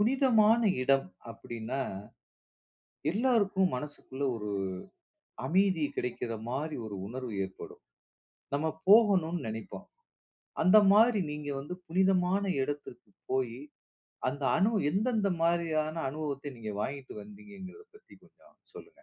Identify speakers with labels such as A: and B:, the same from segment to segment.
A: புனிதமான இடம் அப்படின்னா, எல்லாருக்கும் மனசுக்குள்ள ஒரு அமைதி கிடைக்கிற மாரி ஒரு உணர்வு ஏற்படும். நம்ம போகணும்னு நினைப்போம். அந்த மாதிரி நீங்க வந்து புனிதமான இடத்திற்கு போயி, அந்த அனு எந்தெந்த மாதிரியான அனுபவத்தை நீங்க வாங்கிட்டு வந்தீங்கங்கிறத பத்தி கொஞ்சம் சொல்லுங்க.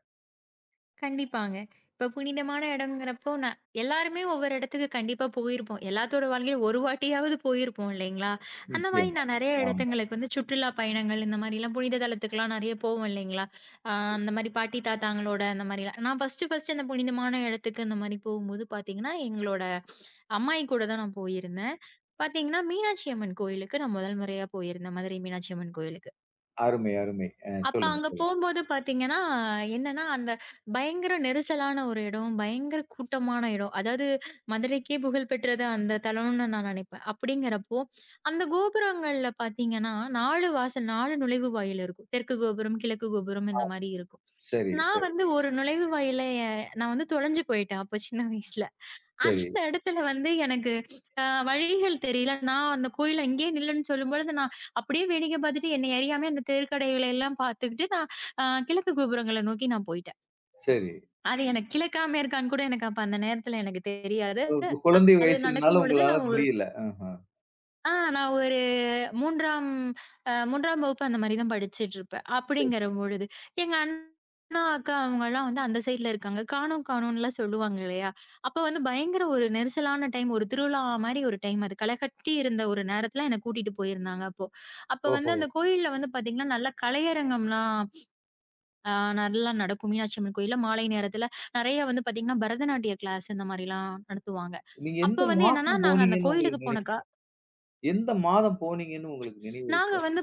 B: கண்டிப்பாங்க. இப்ப புனிதமான இடம்ங்கிறப்போ, நான் எல்லாருமே ஒவ்வொரு இடத்துக்கு கண்டிப்பா போயிருப்போம். எல்லாத்தோட வாழ்க்கையிலும் ஒரு வாட்டியாவது போயிருப்போம் இல்லைங்களா? அந்த மாரி
A: நிச்சயமா.
B: நான் நெறைய
A: ஆமா.
B: இடத்துங்களுக்கு வந்து சுற்றுலா பயணங்கள் இந்த மாரிலாம் புனித தலத்துக்குலாம் நெறைய போவோம் இல்லைங்களா? அ அந்த மாரி பாட்டி தாத்தாங்களோட அந்த மாரிலாம். நான் ஃபர்ஸ்ட்டு ஃபர்ஸ்ட்டு அந்த புனிதமான இடத்துக்கு அந்த மாரி போகும்போது பார்த்தீங்கன்னா, எங்களோட அம்மாயி கூட தான் நான் போயிருந்தேன். பார்த்தீங்கன்னா, மீனாட்சி அம்மன் கோயிலுக்கு நான் முதல் முறையா போயிருந்தேன். மதுரை மீனாட்சி அம்மன் கோயிலுக்கு.
A: அருமை, அருமை.
B: அப்ப
A: சொல்லுங்க,
B: அங்க
A: சொல்லுங்க.
B: போம்போது பார்த்தீங்கன்னா, என்னன்னா அந்த பயங்கர நெரிசலான ஒரு இடம், பயங்கர கூட்டமான இடம். அதாவது மதுரைக்கே புகழ் பெற்றது அந்த தலம்னு நான் நினைப்பேன். அப்படிங்கிறப்போ, அந்த கோபுரங்கள்ல பார்த்தீங்கன்னா, 4 வாசல் 4 நுழைவுவாயில் இருக்கும். தெற்கு கோபுரம், கிழக்கு கோபுரம்
A: ஆ
B: இந்த மாரி இருக்கும்.
A: சரி,
B: நான்
A: சரி,
B: வந்து ஒரு நுழைவு வாயில நான் வந்து தொலைஞ்சு போயிட்டேன் அப்ப சின்ன வயசுல.
A: சரி,
B: அந்த இடத்துல வந்து எனக்கு அ வழிகள் தெரியல. நான் அந்த கோயில்ல இங்கேயே நில்லுன்னு சொல்லும்பொழுது, நான் அப்படியே வேடிக்கை பார்த்துட்டு என்னை அறியாம அந்த தெருக்கடைகள எல்லாம் பார்த்துக்கிட்டு நான் கிழக்கு கோபுரங்கள நோக்கி நான் போயிட்டேன்.
A: சரி.
B: அது எனக்கு கிழக்கா மேற்கான்னு கூட எனக்கு அப்ப அந்த நேரத்துல எனக்கு தெரியாது.
A: உங்க குழந்தை
B: அது
A: வயசுலனால
B: நடக்கும்பொழுது
A: உங்களால
B: நான் ஒரு
A: முடியல. ஆஹ.
B: ஆ நான் ஒரு 3ஆம் அ 3ஆம் வகுப்பு அந்த மாரி தான் படிச்சுட்டுருப்பேன்.
A: சரி.
B: அப்படிங்கிற பொழுது, எங்க அண்ணா, அக்கா அவங்கலாம் வந்து அந்த சைட்ல இருக்காங்க. காணோம் காணோம்ன்லாம் சொல்லுவாங்க இல்லையா? அப்ப வந்து பயங்கர ஒரு நெரிசலான டைம், ஒரு திருவிழா மாரி ஒரு டைம் அது. களைகட்டி இருந்த ஒரு நேரத்துல என்ன கூட்டிட்டு போயிருந்தாங்க அப்போ. அப்ப வந்து
A: ஓஹோ!
B: அந்த கோயில்ல வந்து பாத்தீங்கன்னா, நல்லா கலையரங்கம்லாம் அ நல்லா நடக்கும். மீனாட்சி அம்மன் கோயில்ல மாலை நேரத்துல நெறைய வந்து பாத்தீங்கன்னா, பரதநாட்டிய கிளாஸ் இந்த மாரிலாம் நடத்துவாங்க.
A: நீங்க
B: அப்ப
A: எந்த
B: வந்து என்னன்னா,
A: மாசம்
B: நாங்க அந்த
A: போனீங்கன்னு
B: கோயிலுக்கு
A: உங்களுக்கு நினை
B: போனக்கா
A: எந்த மாதம் போனீங்கன்னு உங்களுக்கு நினைவு?
B: நாங்க வந்து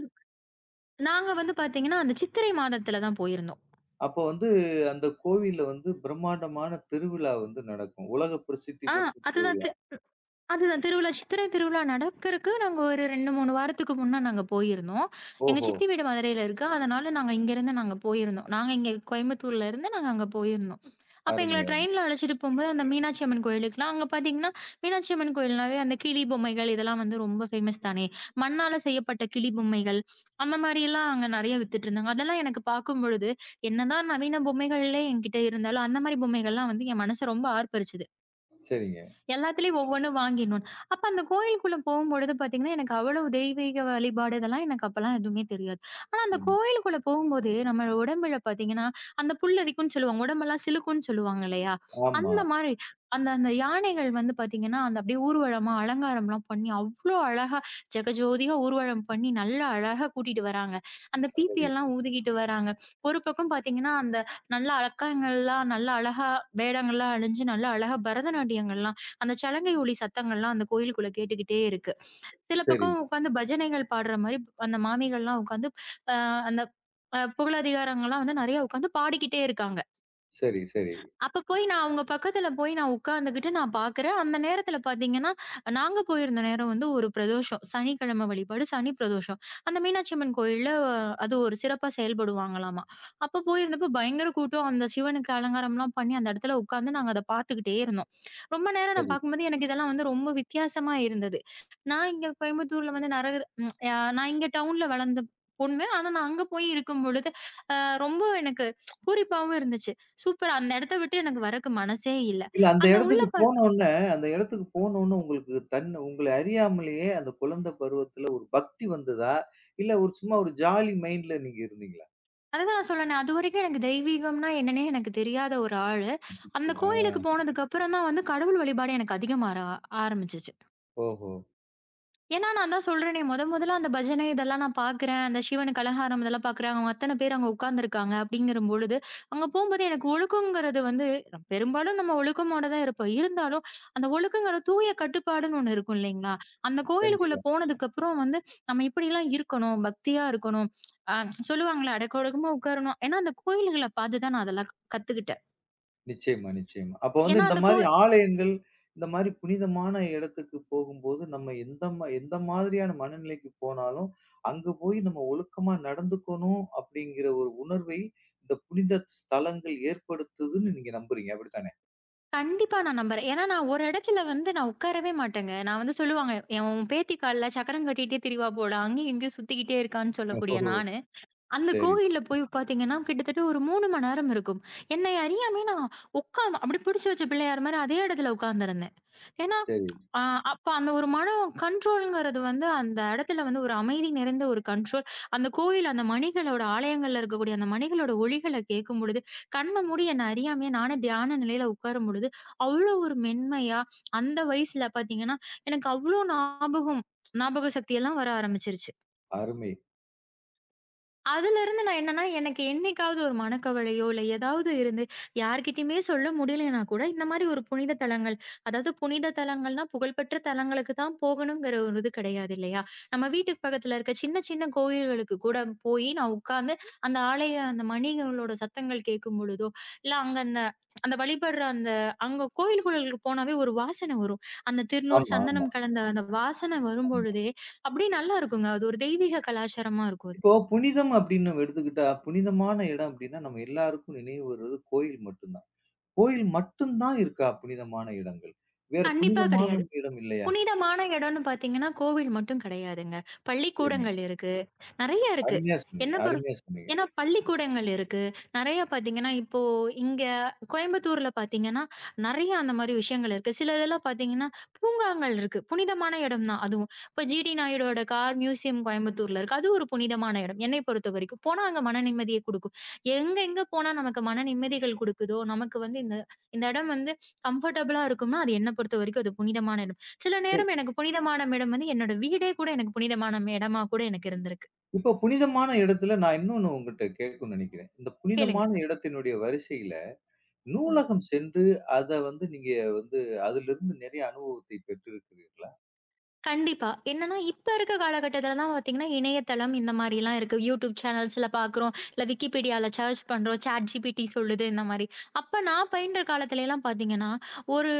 B: நாங்க வந்து பார்த்தீங்கன்னா, அந்த சித்திரை மாதத்துல தான் போயிருந்தோம்.
A: அப்ப வந்து அந்த கோவில்ல வந்து பிரம்மாண்டமான திருவிழா வந்து நடக்கும். உலக பிரசித்தி
B: ஆ
A: பெற்ற
B: அதுதான்
A: திருவிழா.
B: அதுதான் திருவிழா சித்திரை திருவிழா நடக்கறக்கு நாங்க ஒரு 2, 3 வாரத்துக்கு முன்ன நாங்க போயிருந்தோம். எங்க
A: ஓஹோ!
B: சித்தி வீடு மதுரையில இருக்கு. அதனால நாங்க இங்கருந்து நாங்க போயிருந்தோம். நாங்க இங்க கோயம்புத்தூர்ல இருந்து நாங்க அங்க போயிருந்தோம். அப்ப
A: அருமை,
B: எங்கள
A: அருமை.
B: ட்ரெயின்ல அழைச்சிட்டு போம்போது அந்த மீனாட்சி அம்மன் கோயிலுக்குலாம் அங்க பார்த்தீங்கன்னா, மீனாட்சி அம்மன் கோயில்னாவே அந்த கிளி பொம்மைகள் இதெல்லாம் வந்து ரொம்ப ஃபேமஸ் தானே! மண்ணால செய்யப்பட்ட கிளி பொம்மைகள், அந்த மாரியெல்லாம் அங்க நெறைய வித்துட்டுருந்தாங்க. அதெல்லாம் எனக்கு பார்க்கும்பொழுது, என்னதான் நவீன பொம்மைகள்லே என்கிட்ட இருந்தாலும், அந்த மாரி பொம்மைகள்லாம் வந்து என் மனச ரொம்ப ஆர்ப்பரிச்சுது.
A: சரிங்க.
B: எல்லாத்துலயும் ஒவ்வொன்னு வாங்கிடணும். அப்ப அந்த கோயிலுக்குள்ள போகும்பொழுது பார்த்தீங்கன்னா, எனக்கு அவ்வளவு தெய்வீக வழிபாடு இதெல்லாம் எனக்கு அப்பலாம் எதுவுமே தெரியாது. ஆனா அந்த
A: ம்.
B: கோயிலுக்குள்ள போகும்போது, நம்ம உடம்புல பார்த்தீங்கன்னா, அந்த புல் அரிக்கும்ன்னு சொல்லுவாங்க. உடம்பெல்லாம் சிலுக்கும்ன்னு சொல்லுவாங்க இல்லையா?
A: ஆமா.
B: அந்த மாரி அந்த அந்த யானைகள் வந்து பார்த்தீங்கன்னா, அந்த அப்படியே ஊர்வலமா அலங்காரம்லாம் பண்ணி அவ்ளோ அழகா ஜெகஜோதியா ஊர்வலம் பண்ணி நல்லா அழகா கூட்டிட்டு வராங்க. அந்த பீப்பி
A: சரி,
B: எல்லாம் ஊதிக்கிட்டு வராங்க. ஒரு பக்கம் பார்த்தீங்கன்னா, அந்த நல்லா அலங்காரங்கள்லாம் நல்லா அழகா வேடங்கள்லாம் அணிஞ்சு நல்லா அழகா பரதநாட்டியங்கள்லாம் அந்த சலங்கை ஒலி சத்தங்கள்லாம் அந்த கோயிலுக்குள்ள கேட்டுக்கிட்டே இருக்கு. சில
A: சரி,
B: பக்கம் உட்காந்து பஜனைகள் பாடுற மாரி அந்த மாமிகள்லாம் உட்காந்து அ அந்த அ புகழதிகாரங்கள்லாம் வந்து நெறைய உட்காந்து பாடிக்கிட்டே இருக்காங்க.
A: சரி, சரி,
B: அப்ப போய் நான் அவங்க பக்கத்துல போய் நான் உட்கார்ந்துகிட்டு நான் பார்க்குறேன். அந்த நேரத்துல பார்த்தீங்கன்னா, நாங்க போயிருந்த நேரம் வந்து ஒரு பிரதோஷம். சனிக்கிழமை வழிபாடு, சனி பிரதோஷம். அந்த மீனாட்சி அம்மன் கோயில்ல அது ஒரு சிறப்பா செயல்படுவாங்களாமா. அப்ப போயிருந்தப்போ பயங்கர கூட்டம். அந்த சிவனுக்கு அலங்காரம்லாம் பண்ணி அந்த இடத்துல உட்கார்ந்து நாங்க அத பார்த்துக்கிட்டே இருந்தோம். ரொம்ப நேரம் நான்
A: சரி.
B: பார்க்கும்போது எனக்கு இதெல்லாம் வந்து ரொம்ப வித்தியாசமா இருந்தது. நான் இங்க கோயம்புத்தூர்ல வந்து நெற ம் அ நான் இங்க டவுன்ல வளர்ந்த பொண்ணு. ஆனா நான் அங்க போய் இருக்கும் பொழுது, அ ரொம்ப எனக்கு பூரிப்பாவும் இருந்துச்சு. சூப்பர். அந்த இடத்த விட்டு எனக்கு வரக்கு மனசே இல்ல.
A: இல்ல அந்த
B: அந்த உள்ள
A: இடத்துக்கு போனோனே அந்த இடத்துக்கு போனோனே உங்களுக்கு தன்ன உங்கள அறியாமலேயே அந்த குழந்தை பருவத்துல ஒரு பக்தி வந்ததா? இல்ல ஒரு சும்மா ஒரு ஜாலி மைண்ட்ல நீங்க இருந்தீங்களா?
B: அதுதான் நான் சொன்னேனே, அதுவரைக்கும் எனக்கு தெய்வீகம்னா என்னன்னே எனக்கு தெரியாத ஒரு ஆளு. அந்த கோயிலுக்கு
A: ஆ.
B: போனதுக்கு அப்புறம் தான் வந்து கடவுள் வழிபாடு எனக்கு அதிகமா ஆரம்பிச்சுச்சு.
A: ஓஹோ!
B: ஏன்னா, நான் தான் சொல்றேனே, மொதல்ல அந்த பஜனை இதெல்லாம் நான் பார்க்குறேன். அந்த சிவனுக்கு அலங்காரம் இதெல்லாம் பார்க்குறேன். அவங்க அத்தன பேர் அங்க உட்கார்ந்துருக்காங்க அப்படிங்கிறம்பொழுது, அங்க போம்போது எனக்கு ஒழுக்கங்கிறது வந்து பெரும்பாலும் நம்ம ஒழுக்கமோட தான் இருப்போம். இருந்தாலும், அந்த ஒழுக்கங்கிற தூய கட்டுப்பாடுன்னு ஒண்ணு இருக்கும் இல்லைங்களா? அந்த கோயிலுக்குள்ள
A: கண்டிப்பா.
B: போனதுக்கப்புறம் வந்து, நம்ம இப்படிலாம் இருக்கணும், பக்தியா இருக்கணும். அ சொல்லுவாங்கல்ல, அடக்க ஒடுக்கமா உட்காரணும். ஏன்னா, அந்த கோயில்கள பார்த்து தான் நான் அதெல்லாம் கத்துக்கிட்டேன்.
A: நிச்சயமா, நிச்சயமா. அப்ப வந்து
B: ஏன்னா,
A: இந்த
B: அந்த கோ
A: மாரி ஆலயங்கள், இந்த மாரி புனிதமான இடத்துக்கு போகும்போது, நம்ம எந்த மாதிரியான மனநிலைக்கு போனாலும், அங்க போய் நம்ம ஒழுக்கமா நடந்துக்கணும் அப்படிங்கிற ஒரு உணர்வை, இந்த புனித ஸ்தலங்கள் ஏற்படுத்துதுன்னு நீங்க நம்புறீங்க. அப்படித்தானே?
B: கண்டிப்பா நான் நம்புறேன். ஏன்னா, நான் ஒரு இடத்துல வந்து நான் உட்காரவே மாட்டேங்க. நான் வந்து சொல்லுவாங்க, "என் உன் பேத்தி கால்ல சக்கரம் கட்டிட்டே திரிவா போல, அங்கேயும் இங்கேயும் சுத்திக்கிட்டே இருக்கான்னு" சொல்லக்கூடிய
A: ஓஹோ!
B: நானு, அந்த
A: சரி,
B: கோவில்ல போய் பார்த்தீங்கன்னா, கிட்டத்தட்ட ஒரு 3 மணி நேரம் இருக்கும். என்னை அறியாமயே நான் உட்காந்து அப்படியே பிடிச்சு வச்ச பிள்ளையார் மாரி அதே இடத்துல உட்கார்ந்திருந்தேன். ஏன்னா,
A: சரி.
B: அ அப்ப அந்த ஒரு மன கண்ட்ரோல்ங்கிறது வந்து அந்த இடத்துல வந்து ஒரு அமைதி நிறைந்த ஒரு கண்ட்ரோல். அந்த கோயில் அந்த மணிகளோட ஆலயங்கள்ல இருக்கக்கூடிய அந்த மணிகளோட ஒலிகள கேட்கும்பொழுது, கண்ண மூடி என்ன அறியாமயே நானே தியான நிலையில உட்காரும் பொழுது, அவ்ளோ ஒரு மென்மையா அந்த வயசுல பார்த்தீங்கன்னா, எனக்கு அவ்ளோ ஞாபக சக்தியெல்லாம் வர ஆரம்பிச்சுருச்சு.
A: அருமை.
B: அதுலருந்து நான் என்னன்னா, எனக்கு என்னைக்காவது ஒரு மனக்கவலையோ, இல்ல ஏதாவது இருந்து யார்கிட்டயுமே சொல்ல முடியலன்னா கூட, இந்த மாரி ஒரு புனித தலங்கள், அதாவது புனித தலங்கள்னா புகழ்பெற்ற தலங்களுக்கு தான் போகணுங்கிற ஒரு இது கிடையாது இல்லையா? நம்ம வீட்டுக்கு பக்கத்துல இருக்க சின்ன சின்ன கோயில்களுக்கு கூட போயி, நான் உட்கார்ந்து அந்த ஆலய அந்த மணிகளோட சத்தங்கள் கேட்கும் பொழுதோ, இல்ல அங்க அந்த அந்த வழிபடுற அந்த அங்க கோயில்களுக்கு போனாவே ஒரு வாசனை வரும். அந்த திருநூறு,
A: ஆமா, ஆமா,
B: சந்தனம் கலந்த அந்த வாசனை
A: ஆமா.
B: வரும்பொழுதே, அப்படியே நல்லாருக்குங்க. அது ஒரு தெய்வீக கலாச்சாரமா இருக்கும் அது.
A: இப்போ புனிதம் அப்படின்னு நம்ம எடுத்துக்கிட்டா, புனிதமான இடம் அப்படின்னா, நம்ம எல்லாருக்கும் நினைவு வருவது கோயில் மட்டும்தான். கோயில் மட்டும் தான் இருக்கா புனிதமான இடங்கள்? வேற
B: கண்டிப்பா
A: புனிதமான
B: கிடையாது.
A: இடம் இல்லையா?
B: புனிதமான இடம்னு பார்த்தீங்கன்னா, கோவில் மட்டும் கிடையாதுங்க.
A: சரி.
B: பள்ளிக்கூடங்கள் இருக்கு. நெறைய இருக்கு.
A: அருமையா சொன்னீங்க,
B: என்ன பொறு
A: அருமையா சொன்னீங்க.
B: ஏன்னா பள்ளிக்கூடங்கள் இருக்கு. நெறைய பார்த்தீங்கன்னா, இப்போ இங்க கோயம்புத்தூர்ல பார்த்தீங்கன்னா, நெறைய அந்த மாரி விஷயங்கள் இருக்கு. சில இதெல்லாம் பார்த்தீங்கன்னா, பூங்காங்கள் இருக்கு. புனிதமான இடம் தான் அதுவும். இப்ப ஜிடி நாயுடோட கார் மியூசியம் கோயம்புத்தூர்ல இருக்கு. அது ஒரு புனிதமான இடம். என்னை பொறுத்தவரைக்கும். போனா அங்க மன நிம்மதிய குடுக்கும். எங்க எங்க போனா நமக்கு மன நிம்மதிகள் குடுக்குதோ, நமக்கு வந்து இந்த இந்த இடம் வந்து கம்ஃபர்டபுளா இருக்கும்னா, அது என்ன பொறுத்தவரைக்கும் அது புனிதமான இடம். சில
A: சரி,
B: நேரம் எனக்கு புனிதமான இடம் வந்து என்னோட வீடே கூட எனக்கு புனிதமான இடமா கூட எனக்கு இருந்திருக்கு.
A: இப்ப புனிதமான இடத்துல நான் இன்னொன்னு உங்கட்ட கேட்கணும்னு நினைக்கிறேன். இந்த
B: கேளுங்க.
A: புனிதமான இடத்தினுடைய வரிசையில
B: ம்.
A: நூலகம் சென்று அத வந்து நீங்க வந்து அதிலிருந்து நிறைய அனுபவத்தை பெற்றிருக்கிறீர்களா?
B: கண்டிப்பா. என்னன்னா, இப்ப இருக்க காலகட்டத்துல தான் பாத்தீங்கன்னா, இணையதளம் இந்த மாரிலாம் இருக்கு. YouTube சேனல்ஸ்ல பாக்குறோம். இல்ல Wikipediaல சர்ச் பண்றோம். ChatGPT சொல்லுது இந்த மாரி. அப்ப நான் பயின்ற காலத்துலலாம் பாத்தீங்கன்னா, ஒரு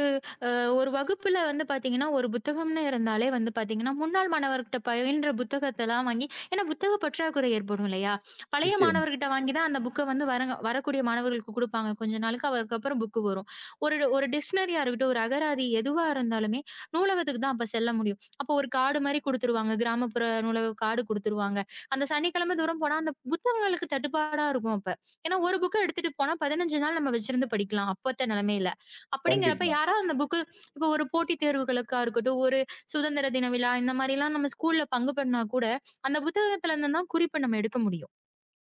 B: அ ஒரு வகுப்புல வந்து பார்த்தீங்கன்னா, ஒரு புத்தகம்னு இருந்தாலே வந்து பார்த்தீங்கன்னா, முன்னாள் மாணவர்கிட்ட பயின்ற புத்தகத்தலாம் வாங்கி ஏன்னா புத்தக பற்றாக்குறை ஏற்படும் இல்லையா? பழைய
A: நிச்சயமா.
B: மாணவர்கிட்ட வாங்கி தான் அந்த புக்க வந்து வரங்க வரக்கூடிய மாணவர்களுக்கு குடுப்பாங்க. கொஞ்ச நாளுக்கு அதுக்கப்புறம் புக்கு வரும். ஒரு ஒரு டிக்ஷனரியா இருக்கட்டும், ஒரு அகராதி எதுவா இருந்தாலுமே நூலகத்துக்கு தான் அப்ப செல்ல முடியும். அப்போ ஒரு கார்டு மாரி குடுத்துருவாங்க. கிராமப்புற நூலக கார்டு குடுத்துருவாங்க. அந்த சனிக்கிழமை தூரம் போனா அந்த புத்தகங்களுக்கு தட்டுப்பாடா இருக்கும் அப்ப. ஏன்னா ஒரு புக்க எடுத்துட்டு போனா 15 நாள் நம்ம வச்சிருந்து படிக்கலாம். அப்பத்த நிலைமையில. அப்படிங்கிறப்ப
A: கண்டிப்பா,
B: யாராவது அந்த புக்கு இப்போ ஒரு போட்டித் தேர்வுகளுக்கா இருக்கட்டும், ஒரு சுதந்திர தின விழா இந்த மாரிலாம் நம்ம ஸ்கூல்ல பங்கு பண்ணா கூட, அந்த புத்தகத்துல இருந்து தான் குறிப்பு நம்ம எடுக்க முடியும்.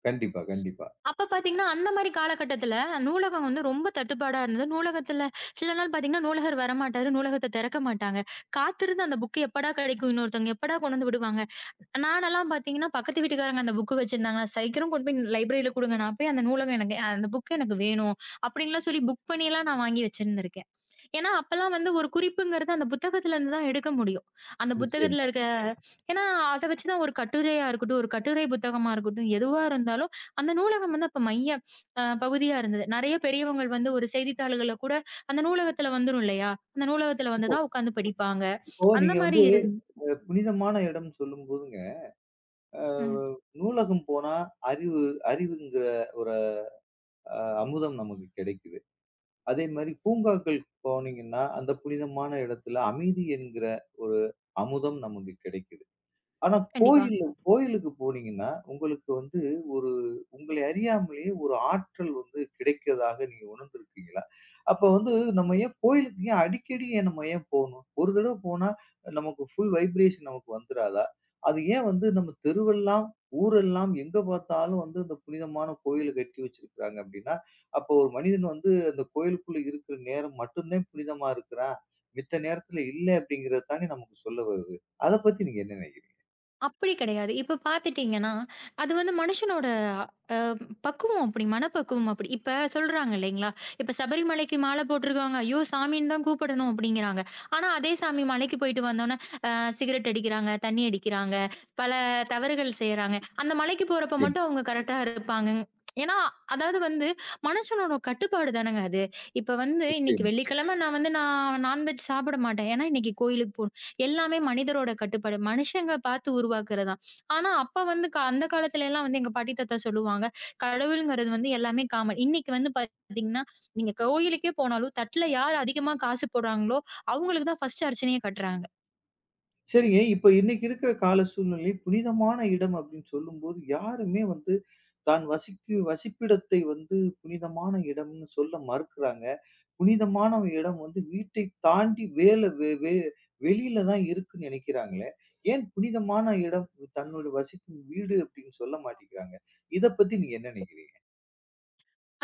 A: கண்டிப்பா, கண்டிப்பா.
B: அப்ப பார்த்தீங்கன்னா, அந்த மாரி காலகட்டத்துல நூலகம் வந்து ரொம்ப தட்டுப்பாடா இருந்தது. நூலகத்துல சில நாள் பார்த்தீங்கன்னா, நூலகர் வரமாட்டாரு, நூலகத்த திறக்க மாட்டாங்க. காத்திருந்து அந்த புக்கு எப்படா கிடைக்கும், இன்னொருத்தவங்க எப்படா கொண்டு வந்து விடுவாங்க. நானெல்லாம் பார்த்தீங்கன்னா, பக்கத்து வீட்டுக்காரங்க அந்த புக்கு வச்சிருந்தாங்கன்னா, "சீக்கிரம் கொண்டு போய் லைப்ரரியில குடுங்க. நான் போய் அந்த நூலகம் எனக்கு அந்த புக் எனக்கு வேணும்." அப்படின்லாம் சொல்லி புக் பண்ணிலாம் நான் வாங்கி வச்சிருந்திருக்கேன். ஏன்னா, அப்பல்லாம் வந்து ஒரு குறிப்புங்கிறது அந்த புத்தகத்துல இருந்து தான் எடுக்க முடியும். அந்த புத்தகத்துல
A: நிச்சயமா.
B: இருக்க ஏன்னா அத வச்சு தான் ஒரு கட்டுரையா இருக்கட்டும், ஒரு கட்டுரை புத்தகமா இருக்கட்டும், எதுவா இருந்தாலும் அந்த நூலகம் வந்து அப்ப மைய பகுதியா இருந்தது. நெறைய பெரியவங்கள் வந்து ஒரு செய்தித்தாள்கள்ல கூட அந்த நூலகத்துல வந்துரும் இல்லையா? அந்த நூலகத்துல வந்து
A: இப்போ
B: தான் உட்காந்து படிப்பாங்க.
A: இப்போ
B: அந்த
A: நீங்க வந்து
B: மாரி இருந்
A: புனிதமான இடம்னு சொல்லும்போதுங்க, அ
B: ம்.
A: நூலகம் போனா அறிவு அறிவுங்கிற ஒரு அ அமுதம் நமக்கு கிடைக்கும். அதே மாரி பூங்காக்களுக்கு போனீங்கன்னா, அந்த புனிதமான இடத்துல அமைதி என்கிற ஒரு அமுதம் நமக்கு கிடைக்குது. ஆனா
B: கண்டிப்பா.
A: கோயிலுக்கு போனீங்கன்னா, உங்களுக்கு வந்து ஒரு உங்களை அறியாமலேயே ஒரு ஆற்றல் வந்து கிடைக்கிறதாக நீங்க உணர்ந்திருக்கீங்களா? அப்ப வந்து நம்ம ஏன் கோயிலுக்கு ஏன் அடிக்கடி ஏன் நம்ம ஏன் போணும்? ஒரு தடவ போனா நமக்கு ஃபுல் வைப்ரேஷன் நமக்கு வந்துராதா? அது ஏன் வந்து நம்ம தெருவெல்லாம், ஊரெல்லாம் எங்க பார்த்தாலும் வந்து இந்த புனிதமான கோயில கட்டி வச்சிருக்கிறாங்க அப்டின்னா, அப்போ ஒரு மனிதன் வந்து அந்த கோயிலுக்குள்ள இருக்கிற நேரம் மட்டும் தான் புனிதமா இருக்கிறான். மித்த நேரத்துல இல்ல அப்டிங்கிறது தானே நமக்கு சொல்ல வருது. அத பத்தி நீங்க என்ன நினைக்கிறீங்க?
B: அப்படி கிடையாது. இப்ப பார்த்துட்டீங்கன்னா, அது வந்து மனுஷனோட அ பக்குவம் அப்படி, மனப்பக்குவம் அப்படி. இப்ப சொல்றாங்க இல்லைங்களா? இப்ப "சபரிமலைக்கு மாலை போட்டிருக்காங்க. ஐயோ! சாமின்னு தான் கூப்பிடணும்." அப்படிங்கிறாங்க. ஆனா, அதே சாமி மலைக்கு போயிட்டு வந்தோனே, அ சிகரெட் அடிக்கிறாங்க, தண்ணி அடிக்கிறாங்க, பல தவறுகள் செய்றாங்க. அந்த மலைக்கு போறப்ப
A: நிச்சயமா,
B: மட்டும் அவங்க கரெக்ட்டா இருப்பாங்க. ஏன்னா, அதாவது வந்து மனுஷனோட கட்டுப்பாடு தானங்க அது. இப்ப வந்து, "இன்னைக்கு
A: நிச்சயமா.
B: வெள்ளிக்கிழமை நான் வந்து நான் நான்வெஜ் சாப்பிட மாட்டேன். ஏன்னா, இன்னைக்கு கோயிலுக்கு போணும்." எல்லாமே மனிதரோட கட்டுப்பாடு. மனுஷங்க பார்த்து உருவாக்குறது தான். ஆனா, அப்ப வந்து அந்த காலத்துல எல்லாம் வந்து எங்க பாட்டி, தாத்தா சொல்லுவாங்க. கடவுள்ங்கிறது வந்து எல்லாமே காமன். இன்னைக்கு வந்து பார்த்தீங்கன்னா, நீங்க கோயிலுக்கே போனாலும் தட்டுல யார் அதிகமா காசு போடுறாங்களோ, அவங்களுக்கு தான் ஃபர்ஸ்ட் அர்ச்சனையே கட்டுறாங்க.
A: சரிங்க. இப்ப இன்னைக்கு இருக்கிற கால சூழ்நிலை புனிதமான இடம் அப்படின்னு சொல்லும்போது, யாருமே வந்து தான் வசிப்பிடத்தை வந்து புனிதமான இடம்னு சொல்ல மறுக்கிறாங்க. புனிதமான இடம் வந்து வீட்டை தாண்டி வேல வெ வெ வெளியில தான் இருக்குன்னு நினைக்கிறாங்களே. ஏன் புனிதமான இடம் தன்னோட வசிக்கும் வீடு அப்படின்னு சொல்ல மாட்டேங்கிறாங்க. இத பத்தி நீங்க என்ன நினைக்கிறீங்க?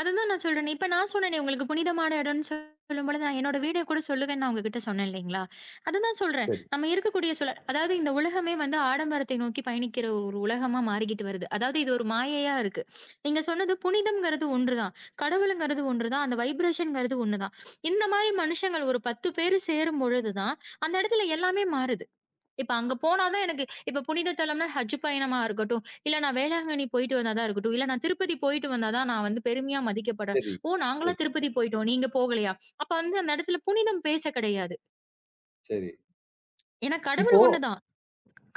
B: அதுதான் நான் சொல்றேனே. இப்ப நான் சொன்னேனே உங்களுக்கு புனிதமான இடம்னு சொல்லும்பொழுது, நான் என்னோட வீட கூட சொல்லுவேன்னு நான் உங்ககிட்ட சொன்னேன் இல்லைங்களா? அதுதான் சொல்றேன்.
A: சரி,
B: நம்ம இருக்கக்கூடிய சூழல் அதாவது இந்த உலகமே வந்து ஆடம்பரத்தை நோக்கி பயணிக்கிற ஒரு உலகமா மாறிக்கிட்டு வருது. அதாவது இது ஒரு மாயையா இருக்கு. நீங்க சொன்னது புனிதம்ங்கிறது ஒன்றுதான். கடவுளுங்கிறது ஒன்றுதான். அந்த வைப்ரேஷன்ங்கிறது ஒண்ணுதான். இந்த மாரி மனுஷங்கள் ஒரு 10 பேரு சேரும் பொழுது தான், அந்த இடத்துல எல்லாமே மாறுது. இப்ப அங்க போனா தான் எனக்கு இப்ப புனித தலம்னா ஹஜ் பயணமா இருக்கட்டும், இல்ல நான் வேளாங்கண்ணி போயிட்டு வந்தா தான் இருக்கட்டும், இல்ல நான் திருப்பதி போயிட்டு வந்தா தான் நான் வந்து பெருமையா மதிக்கப்படுறேன்.
A: சரி,
B: ஓ!
A: சரி,
B: நாங்கலாம் திருப்பதி போயிட்டோம். நீங்க போகலையா? அப்ப வந்து அந்த இடத்துல புனிதம் பேச கிடையாது.
A: சரி.
B: ஏன்னா கடவுள்
A: இப்போ
B: ஒண்ணு தான்.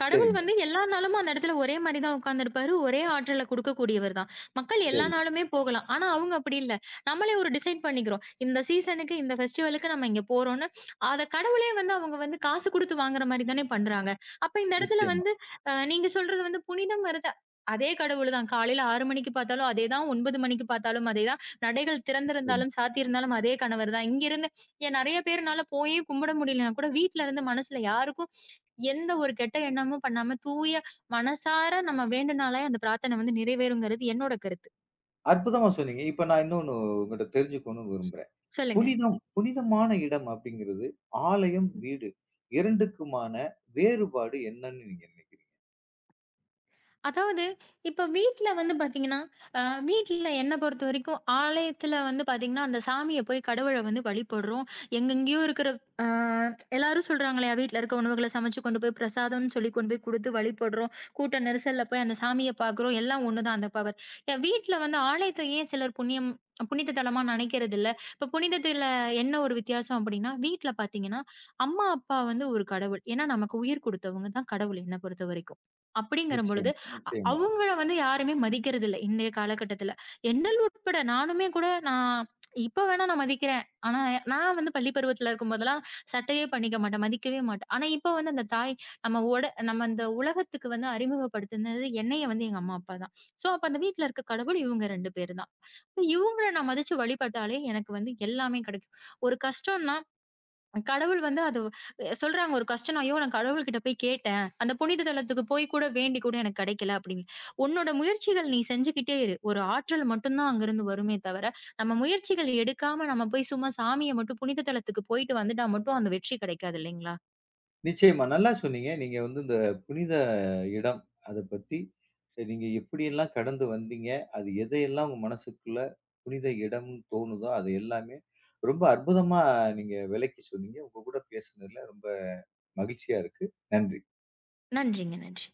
B: கடவுள்
A: சரிங்க.
B: வந்து எல்லா நாளுமும் அந்த இடத்துல ஒரே மாரி தான் உட்கார்ந்திருப்பாரு. ஒரே ஆற்றல குடுக்கக்கூடியவர் தான். மக்கள் எல்லா
A: சரி.
B: நாளுமே போகலாம். ஆனா, அவங்க அப்படி இல்ல. நம்மளே ஒரு டிசைட் பண்ணிக்கிறோம். இந்த சீசனுக்கு, இந்த ஃபெஸ்டிவலுக்கு நம்ம இங்க போறோம்ன்னு. அத கடவுளே வந்து அவங்க வந்து காசு குடுத்து வாங்குற மாரி தானே பண்றாங்க. அப்ப இந்த இடத்துல
A: நிச்சயமா.
B: வந்து நீங்க சொல்றது வந்து புனிதம் வருது. அதே கடவுள் தான். காலையில 6 மணிக்கு பார்த்தாலும் அதே தான். 9 மணிக்கு பார்த்தாலும் அதே தான். நடைகள் திறந்திருந்தாலும், சாத்தியிருந்தாலும் அதே கணவர் தான். இங்கிருந்து ஏன் நெறைய பேர்னால போயே கும்பிட முடியலன்னா கூட வீட்ல இருந்து மனசுல யாருக்கும் எந்த ஒரு கெட்ட எண்ணமும் பண்ணாம, தூய மனசார நம்ம வேண்டுனாலே அந்த பிரார்த்தனை வந்து நிறைவேறுங்கிறது என்னோட கருத்து.
A: அற்புதமா சொன்னீங்க. இப்ப நான் இன்னொன்னு உங்கட்ட தெரிஞ்சுக்கணும்னு விரும்புறேன்.
B: சொல்லுங்க.
A: புனிதமான இடம் அப்படிங்கிறது ஆலயம், வீடு 2க்குமான வேறுபாடு என்னன்னு நீங்க நினைக்கிறீங்க?
B: அதாவது, இப்ப வீட்ல வந்து பாத்தீங்கன்னா, அ வீட்ல என்ன பொறுத்த வரைக்கும் ஆலயத்துல வந்து பாத்தீங்கன்னா, அந்த சாமிய போய் கடவுள வந்து வழிபடுறோம். எங்கெங்கேயோ இருக்கிற அ எல்லாரும் சொல்றாங்க இல்லையா? வீட்ல இருக்க உணவுகள சமைச்சு கொண்டு போய் பிரசாதம்னு சொல்லி கொண்டு போய் குடுத்து வழிபடுறோம். கூட்ட நெரிசல்ல போய் அந்த சாமிய பாக்குறோம். எல்லாம் ஒண்ணுதான் அந்த பவர். வீட்ல வந்து ஆலயத்த ஏன் சிலர் புண்ணியம் புனித தலமா நினைக்கிறதில்ல? இப்ப புனிதத்துல என்ன ஒரு வித்தியாசம் அப்படின்னா, வீட்ல பாத்தீங்கன்னா, அம்மா, அப்பா வந்து ஒரு கடவுள். ஏன்னா நமக்கு உயிர் குடுத்தவங்க தான் கடவுள் என்ன பொறுத்தவரைக்கும். அப்படிங்கிற பொழுது,
A: நிச்சயமா, நிச்சயமா,
B: அவங்கள வந்து யாருமே மதிக்கிறதில்ல, இன்றைய காலகட்டத்தில. என்னல் உட்பட நானுமே கூட நான் இப்ப வேணா நான் மதிக்கிறேன். ஆனா, நான் வந்து பள்ளி பருவத்தில இருக்கும்போதெல்லாம் சட்டையே பண்ணிக்க மாட்டேன். மதிக்கவே மாட்டேன். ஆனா, இப்ப வந்து அந்த தாய் நம்ம உட நம்ம இந்த உலகத்துக்கு வந்து அறிமுகப்படுத்தினது என்னைய வந்து எங்க அம்மா, அப்பா தான். ஸோ, அப்ப அந்த வீட்ல இருக்க கடவுள் இவங்க 2 பேரு தான். இவங்கள நான் மதிச்சு வழிபட்டாலே எனக்கு வந்து எல்லாமே கிடைக்கும். ஒரு கஷ்டம்னா கடவுள் வந்து அது சொல்றாங்க ஒரு கஷ்டம் "ஐயோ! நான் கடவுள்கிட்ட போய் கேட்டேன். அந்த புனித தலத்துக்கு போய் கூட வேண்டி கூட எனக்கு கிடைக்கல" அப்படின்னு. உன்னோட முயற்சிகள் நீ செஞ்சுகிட்டே இரு. ஒரு ஆற்றல் மட்டும் தான் அங்கருந்து வருமே தவிர, நம்ம முயற்சிகள் எடுக்காம நம்ம போய் சும்மா சாமிய மட்டும் புனித தலத்துக்கு போயிட்டு வந்துட்டா மட்டும் அந்த வெற்றி கிடைக்காது இல்லைங்களா?
A: நிச்சயமா. நல்லா சொன்னீங்க. நீங்க வந்து இந்த புனித இடம் அத பத்தி நீங்க எப்படியெல்லாம் கடந்து வந்தீங்க? அது எதையெல்லாம் உங்க மனசுக்குள்ள புனித இடம்னு தோணுதோ, அது எல்லாமே ரொம்ப அற்புதமா நீங்க விளக்கி சொன்னீங்க. உங்க கூட பேசுனதுல ரொம்ப மகிழ்ச்சியா இருக்கு. நன்றி.
B: நன்றிங்க, நன்றி.